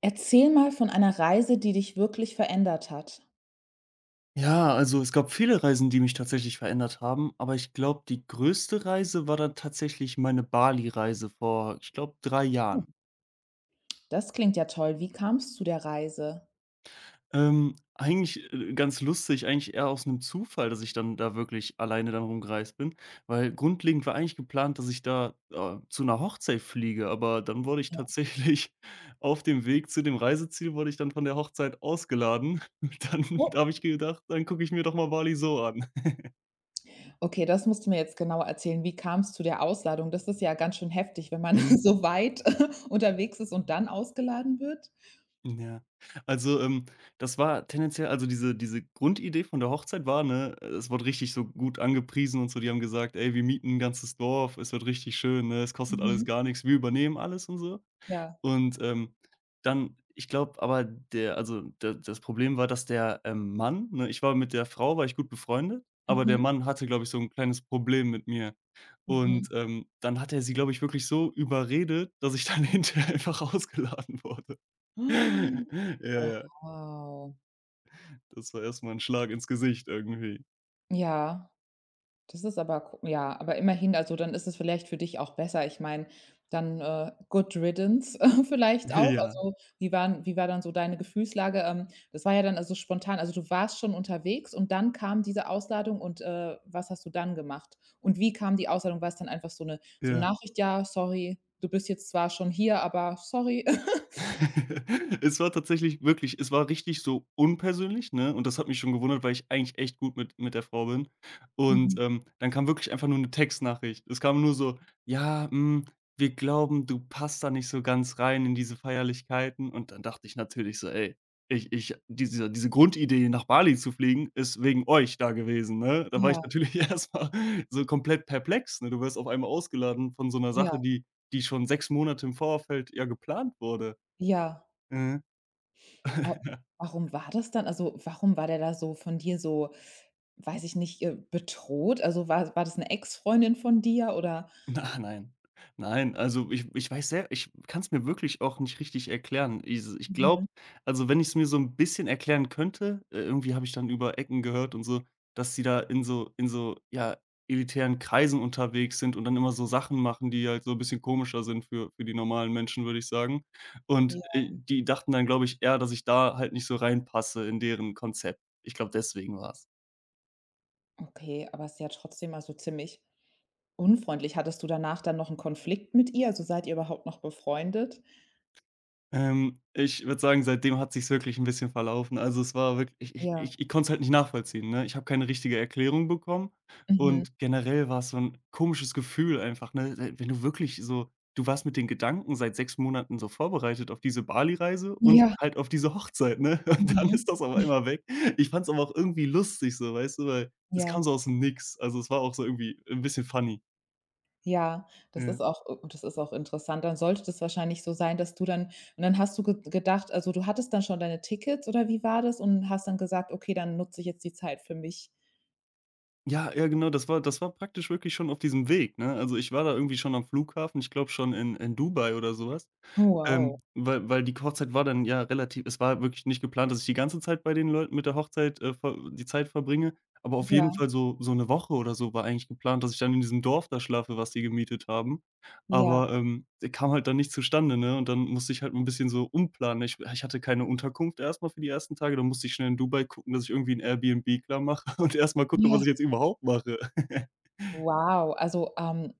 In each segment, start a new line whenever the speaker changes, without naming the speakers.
Erzähl mal von einer Reise, die dich wirklich verändert hat.
Ja, also es gab viele Reisen, die mich tatsächlich verändert haben, aber ich glaube, die größte Reise war dann tatsächlich meine Bali-Reise vor, ich glaube, 3
Hm,
Jahren.
das klingt ja toll. Wie kam's zu der Reise?
Eigentlich, ganz lustig, eigentlich eher aus einem Zufall, dass ich dann da wirklich alleine dann rumgereist bin, weil grundlegend war eigentlich geplant, dass ich da, zu einer Hochzeit fliege, aber dann wurde ich tatsächlich auf dem Weg zu dem Reiseziel wurde ich dann von der Hochzeit ausgeladen. Dann
Oh.
habe ich gedacht: „Dann gucke ich mir doch mal Bali so an."
Okay, das musst du mir jetzt genauer erzählen. Wie kam's zu der Ausladung? Das ist ja ganz schön heftig, wenn man so weit unterwegs ist und dann ausgeladen wird.
Ja. Also, das war tendenziell, also diese Grundidee von der Hochzeit war, ne, es wurde richtig so gut angepriesen und so. Die haben gesagt: „Ey, wir mieten ein ganzes Dorf, es wird richtig schön, ne? Es kostet alles
Mhm.
gar nichts, wir übernehmen alles" und so.
Ja.
Und, dann, ich glaube, aber der, also da das Problem war, dass der, Mann, ne, ich war mit der Frau war ich gut befreundet, aber der
Mhm.
Mann hatte, glaube ich, so ein kleines Problem mit mir.
Mhm.
Und, dann hat er sie, glaube ich, wirklich so überredet, dass ich dann hinterher einfach ausgeladen wurde. Ja,
Oh,
ja,
wow.
das war erst mal 'n Schlag ins Gesicht irgendwie.
Ja. Das ist aber ko ja, aber immerhin, also, dann ist es vielleicht für dich auch besser. Ich meine, dann, good riddance vielleicht auch.
Ja,
Also, wie war dann so deine Gefühlslage? Das war ja dann also spontan. Also, du warst schon unterwegs und dann kam diese Ausladung und, was hast du dann gemacht? Und wie kam die Ausladung? War es dann einfach so eine so 'ne
ja.
Nachricht: „Ja, sorry, du bist jetzt zwar schon hier, aber sorry.“
Es war tatsächlich, wirklich, es war richtig so unpersönlich, ne? Und das hat mich schon gewundert, weil ich eigentlich echt gut mit der Frau bin. Und,
Mhm.
dann kam wirklich einfach nur eine Textnachricht. Es kam nur so: „Ja, wir glauben, du passt da nicht so ganz rein in diese Feierlichkeiten." Und dann dachte ich natürlich so: „Ey, ich, diese Grundidee, nach Bali zu fliegen, ist wegen euch da gewesen", ne? Da war
Ja,
ich natürlich erstmal so komplett perplex, ne? Du wirst auf einmal ausgeladen von so einer
ja,
Sache, die die schon 6 Monate im Vorfeld ja geplant wurde.
ja.
Mhm.
A Warum war das dann? Also, warum war der da so von dir so weiß ich nicht, bedroht? Also, war das eine Ex-Freundin von dir oder
Na, nein. Nein, also ich weiß sehr, ich kann es mir wirklich auch nicht richtig erklären. Is ich
Mhm.
glaube, also, wenn ich es mir so ein bisschen erklären könnte, irgendwie habe ich dann über Ecken gehört und so, dass sie da in so, ja, elitären Kreisen unterwegs sind und dann immer so Sachen machen, die halt so ein bisschen komischer sind für die normalen Menschen, würde ich sagen. Und,
Ja,
die dachten dann, glaube ich, eher, dass ich da halt nicht so reinpasse in deren Konzept. Ich glaube, deswegen war's.
okay, aber ist ja trotzdem also ziemlich unfreundlich. Hattest du danach dann noch einen Konflikt mit ihr? Also, seid ihr überhaupt noch befreundet?
Ich würde sagen, seitdem hat sich's wirklich 'n bisschen verlaufen. Also, es war wirk ich ich
Ja.
ich ich konnte's halt nicht nachvollziehen, ne? Ich habe keine richtige Erklärung bekommen,
Mhm.
und generell war's so 'n komisches Gefühl einfach, ne? Wenn du wirklich so du warst mit den Gedanken seit 6 Monaten so vorbereitet auf diese Bali-Reise und
Ja.
halt auf diese Hochzeit, ne? Und dann
Mhm.
ist das auf einmal weg. Ich fand's aber auch irgendwie lustig so, weißt du, weil es
Ja.
kam so aus dem Nix. Also, es war auch so irgendwie 'n bisschen funny.
Ja,
Ja.
das ist auch interessant. Dann sollte das wahrscheinlich so sein, dass du dann und dann hast du ge gedacht also, du hattest dann schon deine Tickets oder wie war das und hast dann gesagt: „Okay, dann nutze ich jetzt die Zeit für mich.“
Ja, ja, genau, das war praktisch wirklich schon auf diesem Weg, ne? Also, ich war da irgendwie schon am Flughafen, ich glaube schon in Dubai oder sowas.
Oh, wow.
Weil die Hochzeit war dann ja relativ, es war wirklich nicht geplant, dass ich die ganze Zeit bei den Leuten mit der Hochzeit, ver die Zeit verbringe, aber auf
Ja,
jeden Fall so 'ne Woche oder so war eigentlich geplant, dass ich dann in diesem Dorf da schlafe, was die gemietet haben.
ja,
Aber, kam halt dann nicht zustande, ne? Und dann musste ich halt 'n bisschen so umplanen. Ich hatte keine Unterkunft erst mal für die ersten Tage, dann musste ich schnell in Dubai gucken, dass ich irgendwie 'n Airbnb klarmache und erst mal gucke,
ja.
was ich jetzt überhaupt mache.
Wow, also,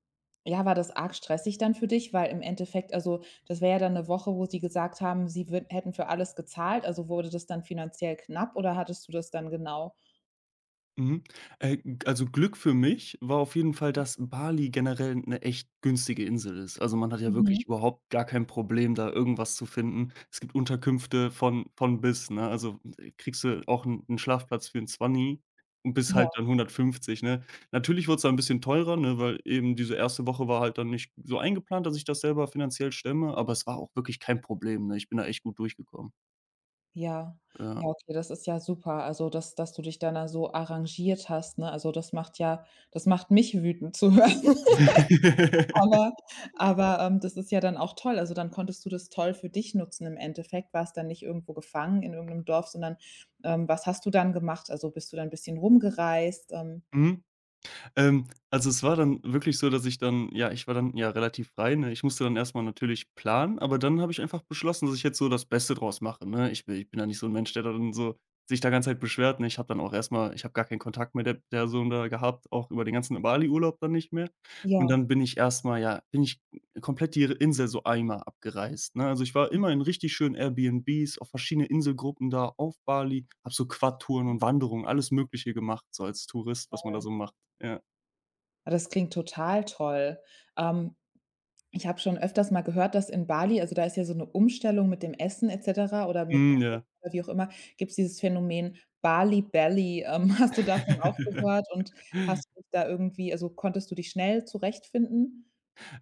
ja, war das arg stressig dann für dich? Weil im Endeffekt also, das wäre ja dann eine Woche, wo sie gesagt haben, sie wür hätten für alles gezahlt. Also, wurde das dann finanziell knapp oder hattest du das dann genau?
Mhm. Äh, g also, Glück für mich war auf jeden Fall, dass Bali generell eine echt günstige Insel ist. Also, man hat ja
Mhm.
wirklich überhaupt gar kein Problem, da irgendwas zu finden. Es gibt Unterkünfte von bis, ne? Also, kriegst du auch einen 'n Schlafplatz für 'n 20 und bis
Ja,
halt dann 150, ne? Natürlich wurde es dann 'n bisschen teurer, ne, weil eben diese erste Woche war halt dann nicht so eingeplant, dass ich das selber finanziell stemme, aber es war auch wirklich kein Problem, ne? Ich bin da echt gut durchgekommen.
ja. Ja,
Ja.
okay, das ist ja super. Also, dass du dich dann da so arrangiert hast, ne? Also, das macht mich wütend zu hören. Aber aber, das ist ja dann auch toll. Also, dann konntest du das toll für dich nutzen im Endeffekt, warst dann nicht irgendwo gefangen in irgend 'nem Dorf, sondern, was hast du dann gemacht? Also, bist du dann bisschen rumgereist?
Mhm. Ähm, also, es war dann wirklich so, dass ich dann, ja, ich war dann ja relativ frei, ne? Ich musste dann erstmal natürlich planen, aber dann habe ich einfach beschlossen, dass ich jetzt so das Beste draus mache, ne? Ich bin ja nicht so ein Mensch, der dann so sich da ganze Zeit beschwert, ne? Ich habe dann auch erstmal, ich habe gar keinen Kontakt mit der Person da gehabt, auch über den ganzen Bali-Urlaub dann nicht mehr. Und
Ja.
dann bin ich erstmal, ja, bin ich komplett die Insel so einmal abgereist, ne? Also, ich war immer in richtig schönen Airbnbs, auf verschiedene Inselgruppen da auf Bali, habe so Quad-Touren und Wanderungen, alles Mögliche gemacht, so als Tourist, was man da
Toll.
so macht, ja.
Ah, das klingt total toll. Ähm, ich habe schon öfters mal gehört, dass in Bali also, da ist ja so 'ne Umstellung mit dem Essen et cetera oder mit
Mhm,
Kochen
ja.
oder wie auch immer, gibt's dieses Phänomen Bali Belly. Hast du davon auch gehört und hast dich da irgendwie also, konntest du dich schnell zurechtfinden?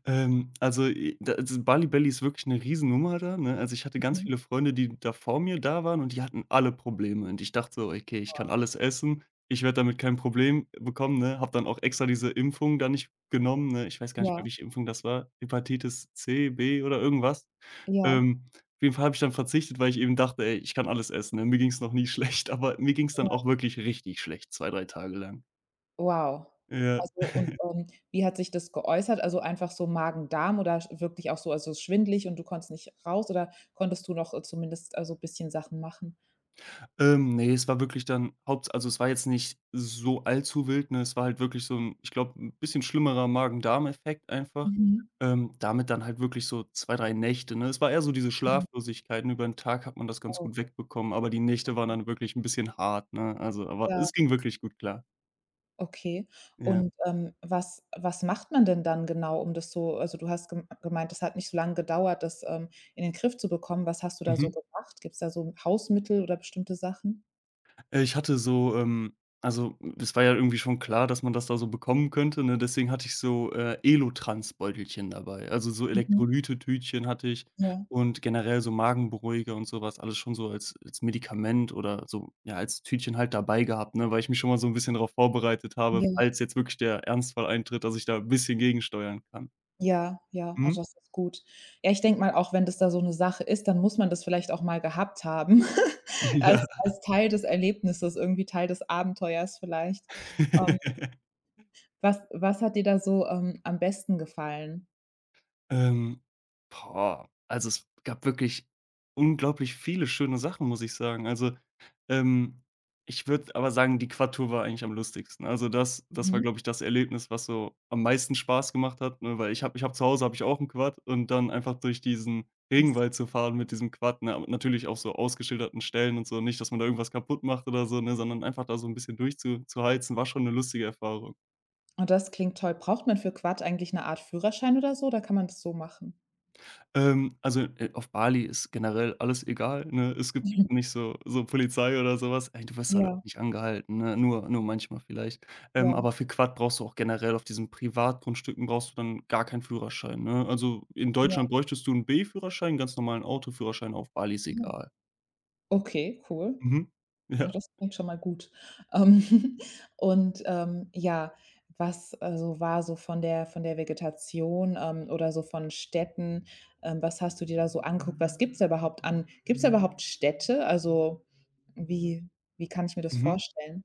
Also, i da, also, Bali Belly ist wirklich 'ne Riesennummer da, ne? Also, ich hatte ganz
Mhm.
viele Freunde, die da vor mir da waren und die hatten alle Probleme. Und ich dachte so: „Okay, ich kann alles essen. Ich werde damit kein Problem bekommen", ne? Habe dann auch extra diese Impfung da nicht genommen, ne? Ich weiß gar nicht mehr,
Ja.
welche Impfung das war. Hepatitis C, B oder irgendwas.
Ja,
Auf jeden Fall habe ich dann verzichtet, weil ich eben dachte: „Ey, ich kann alles essen", ne? Mir ging's noch nie schlecht, aber mir ging's dann auch
ja.
wirklich richtig schlecht, 2, 3 Tage lang.
Wow.
Ja.
Also und, wie hat sich das geäußert? Also, einfach so Magen-Darm oder sch wirklich auch so also, schwindelig und du konntest nicht raus oder konntest du noch, zumindest, also, ein bisschen Sachen machen?
Ne, es war wirklich dann haupts also, es war jetzt nicht so allzu wild, ne? Es war halt wirklich so 'n, ich glaube, 'n bisschen schlimmerer Magen-Darm-Effekt einfach.
Mhm.
Damit dann halt wirklich so 2 3 Nächte, ne? Es war eher so diese
Mhm.
Schlaflosigkeiten. Über 'n Tag hat man das ganz
Oh,
gut wegbekommen, aber die Nächte waren dann wirklich 'n bisschen hart, ne? Also, aber
ja,
es ging wirklich gut klar.
okay.
Ja.
Und, was macht man denn dann genau, um das so also, du hast gemeint, es hat nicht so lange gedauert, das, in den Griff zu bekommen. Was hast du da so
Mhm.
gemacht? Gibt's da so Hausmittel oder bestimmte Sachen?
Ich hatte so, also, es war ja irgendwie schon klar, dass man das da so bekommen könnte, ne? Deswegen hatte ich so, Elotrans-Beutelchen dabei. Also, so
Mhm.
Elektrolyte-Tütchen hatte ich
Ja.
und generell so Magenberuhiger und sowas alles schon so als Medikament oder so, ja, als Tütchen halt dabei gehabt, ne, weil ich mich schon mal so ein bisschen darauf vorbereitet habe,
Ja.
falls jetzt wirklich der Ernstfall eintritt, dass ich da ein bisschen gegensteuern kann.
Ja, ja, also
Mhm.
das ist gut. Ja, ich denke mal, auch wenn das da so 'ne Sache ist, dann muss man das vielleicht auch mal gehabt haben als
Ja.
als Teil des Erlebnisses, irgendwie Teil des Abenteuers vielleicht. Ähm, was hat dir da so, am besten gefallen?
Ähm, boah, also, es gab wirklich unglaublich viele schöne Sachen, muss ich sagen. Also, ähm, ich würde aber sagen, die Quad-Tour war eigentlich am lustigsten. Also, das war,
Mhm.
glaube ich, das Erlebnis, was so am meisten Spaß gemacht hat, ne, weil ich habe zu Hause habe ich auch ein Quad und dann einfach durch diesen
Was
Regenwald zu fahren mit diesem Quad, ne, aber natürlich auch so ausgeschilderten Stellen und so, nicht, dass man da irgendwas kaputt macht oder so, ne, sondern einfach da so ein bisschen durchzuheizen, war schon eine lustige Erfahrung.
oh, das klingt toll. Braucht man für Quad eigentlich 'ne Art Führerschein oder so, oder kann man das so machen?
Also, auf Bali ist generell alles egal, ne? Es gibt
Mhm.
nicht so Polizei oder sowas. Ey, du wirst halt
Ja,
auch nicht angehalten, ne? Nur manchmal vielleicht. Ähm,
ja,
aber für Quad brauchst du auch generell auf diesen Privatgrundstücken brauchst du dann gar keinen Führerschein, ne? Also, in
ja,
Deutschland bräuchtest du einen B-Führerschein, ganz normalen Autoführerschein, auf Bali ist
ja.
egal.
Okay, cool.
Mhm.
Ja,
Ja.
das klingt schon mal gut. Ähm, und, ja, was, also, war so von der Vegetation, oder so von Städten was hast du dir da so angeguckt? Was gibt's da überhaupt an Gibt's da überhaupt Städte? Also, wie wie kann ich mir das
Mhm.
vorstellen?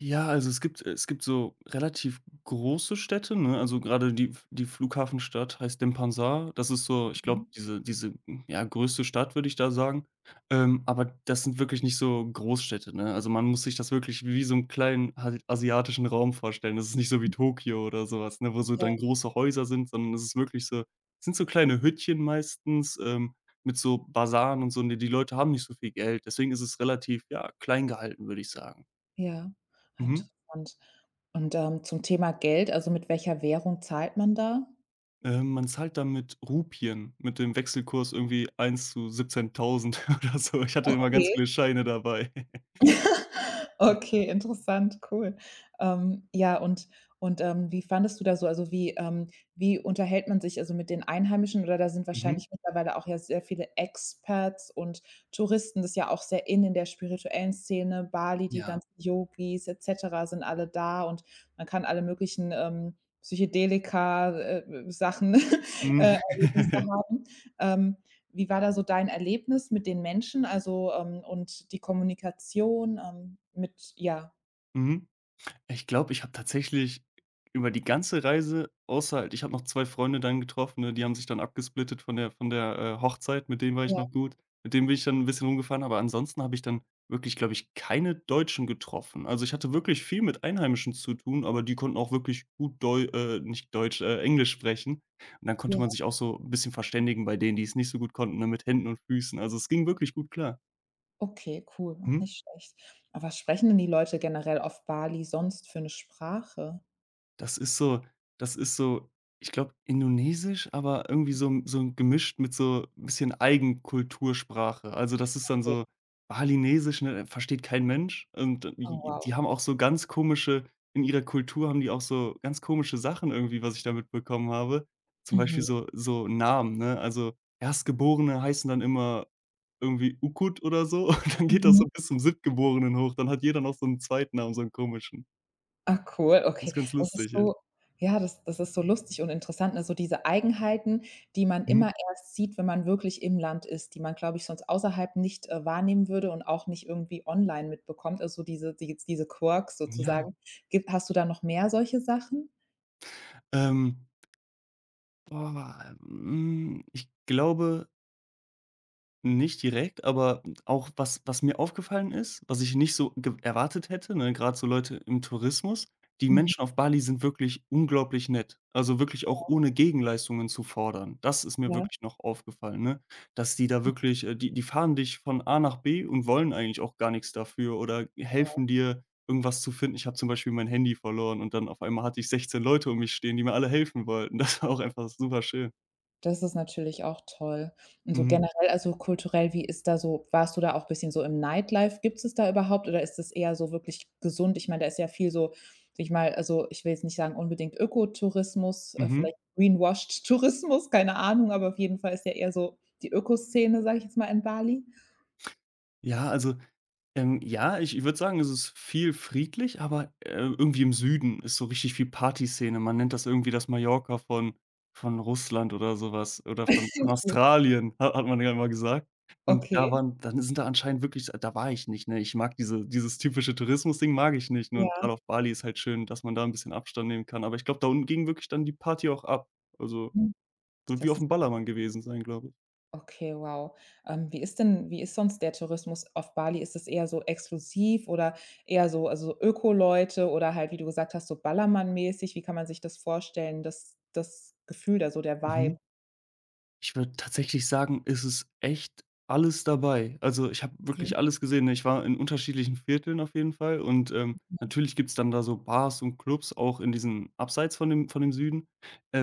Ja, also es gibt so relativ große Städte, ne? Also gerade die Flughafenstadt heißt Denpasar. Das ist so, ich
Mhm.
glaube, diese, ja, größte Stadt, würde ich da sagen. Aber das sind wirklich nicht so Großstädte, ne? Also man muss sich das wirklich wie so einen kleinen halt asiatischen Raum vorstellen. Das ist nicht so wie Tokio oder sowas, ne, wo so
Ja,
dann große Häuser sind, sondern es ist wirklich so, es sind so kleine Hüttchen meistens, mit so Basaren und so, ne? Die Leute haben nicht so viel Geld. Deswegen ist es relativ, ja, klein gehalten, würde ich sagen.
ja. Ah,
Mhm.
interessant. Und, zum Thema Geld, also, mit welcher Währung zahlt man da?
Man zahlt da mit Rupien, mit dem Wechselkurs irgendwie 1 zu 17.000 oder so. Ich hatte immer ganz
Okay.
viele Scheine dabei.
Okay, interessant, cool. Ja, und, wie fandest du da so also, wie unterhält man sich also mit den Einheimischen oder da sind
Mhm.
wahrscheinlich mittlerweile auch ja sehr viele Expats und Touristen, das ist ja auch sehr in der spirituellen Szene. Bali, die
Ja.
ganzen Yogis et cetera sind alle da und man kann alle möglichen, Psychedelika, Sachen,
Mhm.
Erlebnisse haben. Ähm, wie war da so dein Erlebnis mit den Menschen, also, und die Kommunikation, mit ja,
Mhm. Ich glaube, ich habe tatsächlich über die ganze Reise, außer, halt, ich habe noch 2 Freunde dann getroffen, ne, die haben sich dann abgesplittet von der, Hochzeit, mit denen war ich
ja,
noch gut. Mit denen bin ich dann ein bisschen rumgefahren, aber ansonsten habe ich dann wirklich, glaube ich, keine Deutschen getroffen. Also, ich hatte wirklich viel mit Einheimischen zu tun, aber die konnten auch wirklich gut Deu nicht Deutsch, Englisch sprechen. Und dann konnte
ja.
man sich auch so ein bisschen verständigen bei denen, die es nicht so gut konnten, ne, mit Händen und Füßen. Also, es ging wirklich gut klar.
Okay, cool, ach,
Mhm.
nicht schlecht. Aber was sprechen denn die Leute generell auf Bali sonst für eine Sprache?
Das ist so das ist so, ich glaube, Indonesisch, aber irgendwie so 'n so gemischt mit so 'n bisschen Eigenkultursprache. Also, das ist dann
Okay.
so Balinesisch, ne, versteht kein Mensch und
Oh,
die
wow.
haben auch so ganz komische in ihrer Kultur haben die auch so ganz komische Sachen irgendwie, was ich da mitbekommen habe. Zum Beispiel
Mhm.
so Namen, ne? Also, Erstgeborene heißen dann immer irgendwie Ukut oder so und dann geht das
Mhm.
so bis zum Siebtgeborenen hoch. Dann hat jeder noch so 'n Zweitnamen, so einen komischen.
Ah, cool,
Das
okay.
ist ganz
Das ist
lustig, ja.
so das ist so lustig und interessant, ne, so diese Eigenheiten, die man immer
Mhm.
erst sieht, wenn man wirklich im Land ist, die man, glaube ich, sonst außerhalb nicht, wahrnehmen würde und auch nicht irgendwie online mitbekommt. Also, so diese die jetzt diese Quirks
Ja,
sozusagen. Gibt hast du da noch mehr solche Sachen?
ähm, boah, ich glaube nicht direkt, aber auch was mir aufgefallen ist, was ich nicht so ge erwartet hätte, ne, gerade so Leute im Tourismus, die
Mhm,
Menschen auf Bali sind wirklich unglaublich nett, also wirklich auch ohne Gegenleistungen zu fordern. Das ist mir
ja.
wirklich noch aufgefallen, ne? Dass die da wirklich die fahren dich von A nach B und wollen eigentlich auch gar nichts dafür oder helfen dir, irgendwas zu finden. Ich habe zum Beispiel mein Handy verloren und dann auf einmal hatte ich 16 Leute um mich stehen, die mir alle helfen wollten. Das war auch einfach super schön.
Das ist natürlich auch toll. Und so
Mhm.
generell, also kulturell, wie ist da so warst du da auch ein bisschen so im Nightlife? Gibt es da überhaupt oder ist es eher so wirklich gesund? Ich meine, da ist ja viel so, sage ich mal also, ich will jetzt nicht sagen unbedingt Ökotourismus,
Mhm.
vielleicht greenwashed Tourismus, keine Ahnung, aber auf jeden Fall ist ja eher so die Ökoszene, sage ich jetzt mal, in Bali.
Ja, also, ja, ich würde sagen, es ist viel friedlich, aber, irgendwie im Süden ist so richtig viel Partyszene. Man nennt das irgendwie das Mallorca von Russland oder sowas oder von
Cool.
Australien, ha hat man ja immer gesagt. Und da
Okay,
waren dann sind da anscheinend wirklich da war ich nicht, ne? Ich mag dieses typische Tourismusding mag ich nicht, ne? Und
ja.
grade auf Bali ist halt schön, dass man da ein bisschen Abstand nehmen kann. Aber ich glaube, da unten ging wirklich dann die Party auch ab. Also,
Mhm.
wird wie auf
Das
dem Ballermann gewesen sein, glaube ich.
okay, wow. Wie ist sonst der Tourismus auf Bali? Ist es eher so exklusiv oder eher so also Öko-Leute oder halt, wie du gesagt hast, so Ballermann-mäßig? Wie kann man sich das vorstellen, das Gefühl da so, der Vibe?
Mhm. Ich würde tatsächlich sagen, ist es echt alles dabei. Also, ich habe
Mhm.
wirklich alles gesehen, ne? Ich war in unterschiedlichen Vierteln auf jeden Fall und, natürlich gibt's dann da so Bars und Clubs auch in diesen abseits von dem Süden.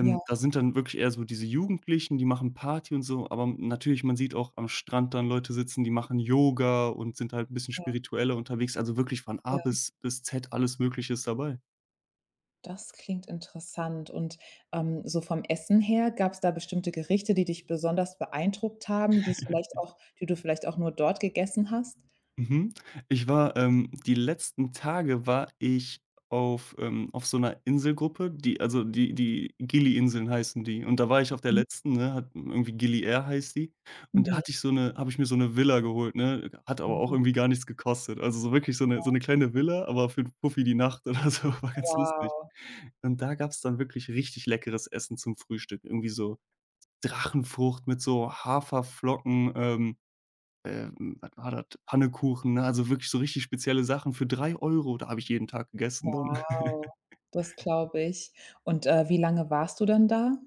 Ja,
Da sind dann wirklich eher so diese Jugendlichen, die machen Party und so, aber natürlich, man sieht auch am Strand dann Leute sitzen, die machen Yoga und sind halt ein bisschen
ja,
spiritueller unterwegs. Also, wirklich von A
ja.
bis Z alles Mögliche ist dabei.
Das klingt interessant. Und, so vom Essen her, gab es da bestimmte Gerichte, die dich besonders beeindruckt haben, die du vielleicht auch nur dort gegessen hast?
Mhm. Die letzten Tage war ich auf so einer Inselgruppe, die Gili-Inseln heißen die. Und da war ich auf der
Mhm.
letzten, ne, hat irgendwie Gili Air heißt die. Und da
Mhm.
hatte ich so eine habe ich mir so eine Villa geholt, ne? Hat aber auch
Oh,
irgendwie gar nichts gekostet. Also, so wirklich so eine kleine Villa, aber für 'n Fuffi die Nacht oder so, war ganz lustig.
wow.
Und da gab's dann wirklich richtig leckeres Essen zum Frühstück. Irgendwie so Drachenfrucht mit so Haferflocken, was war das? Pannekuchen, ne? Also, wirklich so richtig spezielle Sachen für 3 Euro. Da habe ich jeden Tag gegessen dann.
Wow, das glaube ich. Und, wie lange warst du dann da?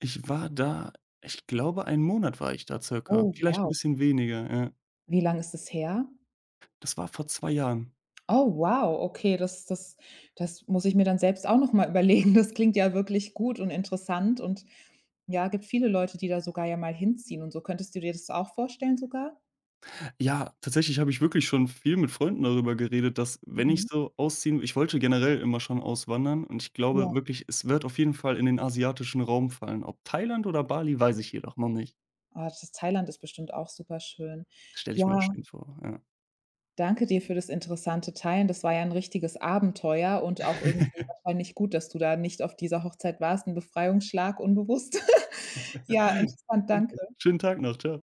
Ich war da ich glaube, einen Monat war ich da circa,
Oh,
vielleicht ein
wow.
bisschen weniger, ja.
Wie lang ist es her?
Das war vor 2 Jahren.
Oh, wow, okay, das muss ich mir dann selbst auch noch mal überlegen. Das klingt ja wirklich gut und interessant und ja, gibt viele Leute, die da sogar ja mal hinziehen und so. Könntest du dir das auch vorstellen sogar?
Ja, tatsächlich habe ich wirklich schon viel mit Freunden darüber geredet, dass wenn ich
Mhm.
so ausziehen ich wollte generell immer schon auswandern und ich
Ja.
glaube wirklich, es wird auf jeden Fall in den asiatischen Raum fallen. Ob Thailand oder Bali, weiß ich jedoch noch nicht.
Ah, das Thailand ist bestimmt auch super schön.
Stelle ich mir auch
Ja.
schön vor, ja.
Danke dir für das interessante Teilen. Das war ja ein richtiges Abenteuer und auch irgendwie wahrscheinlich gut, dass du da nicht auf dieser Hochzeit warst. Ein Befreiungsschlag unbewusst. Ja, interessant, danke.
Danke. Schönen Tag noch. Ciao.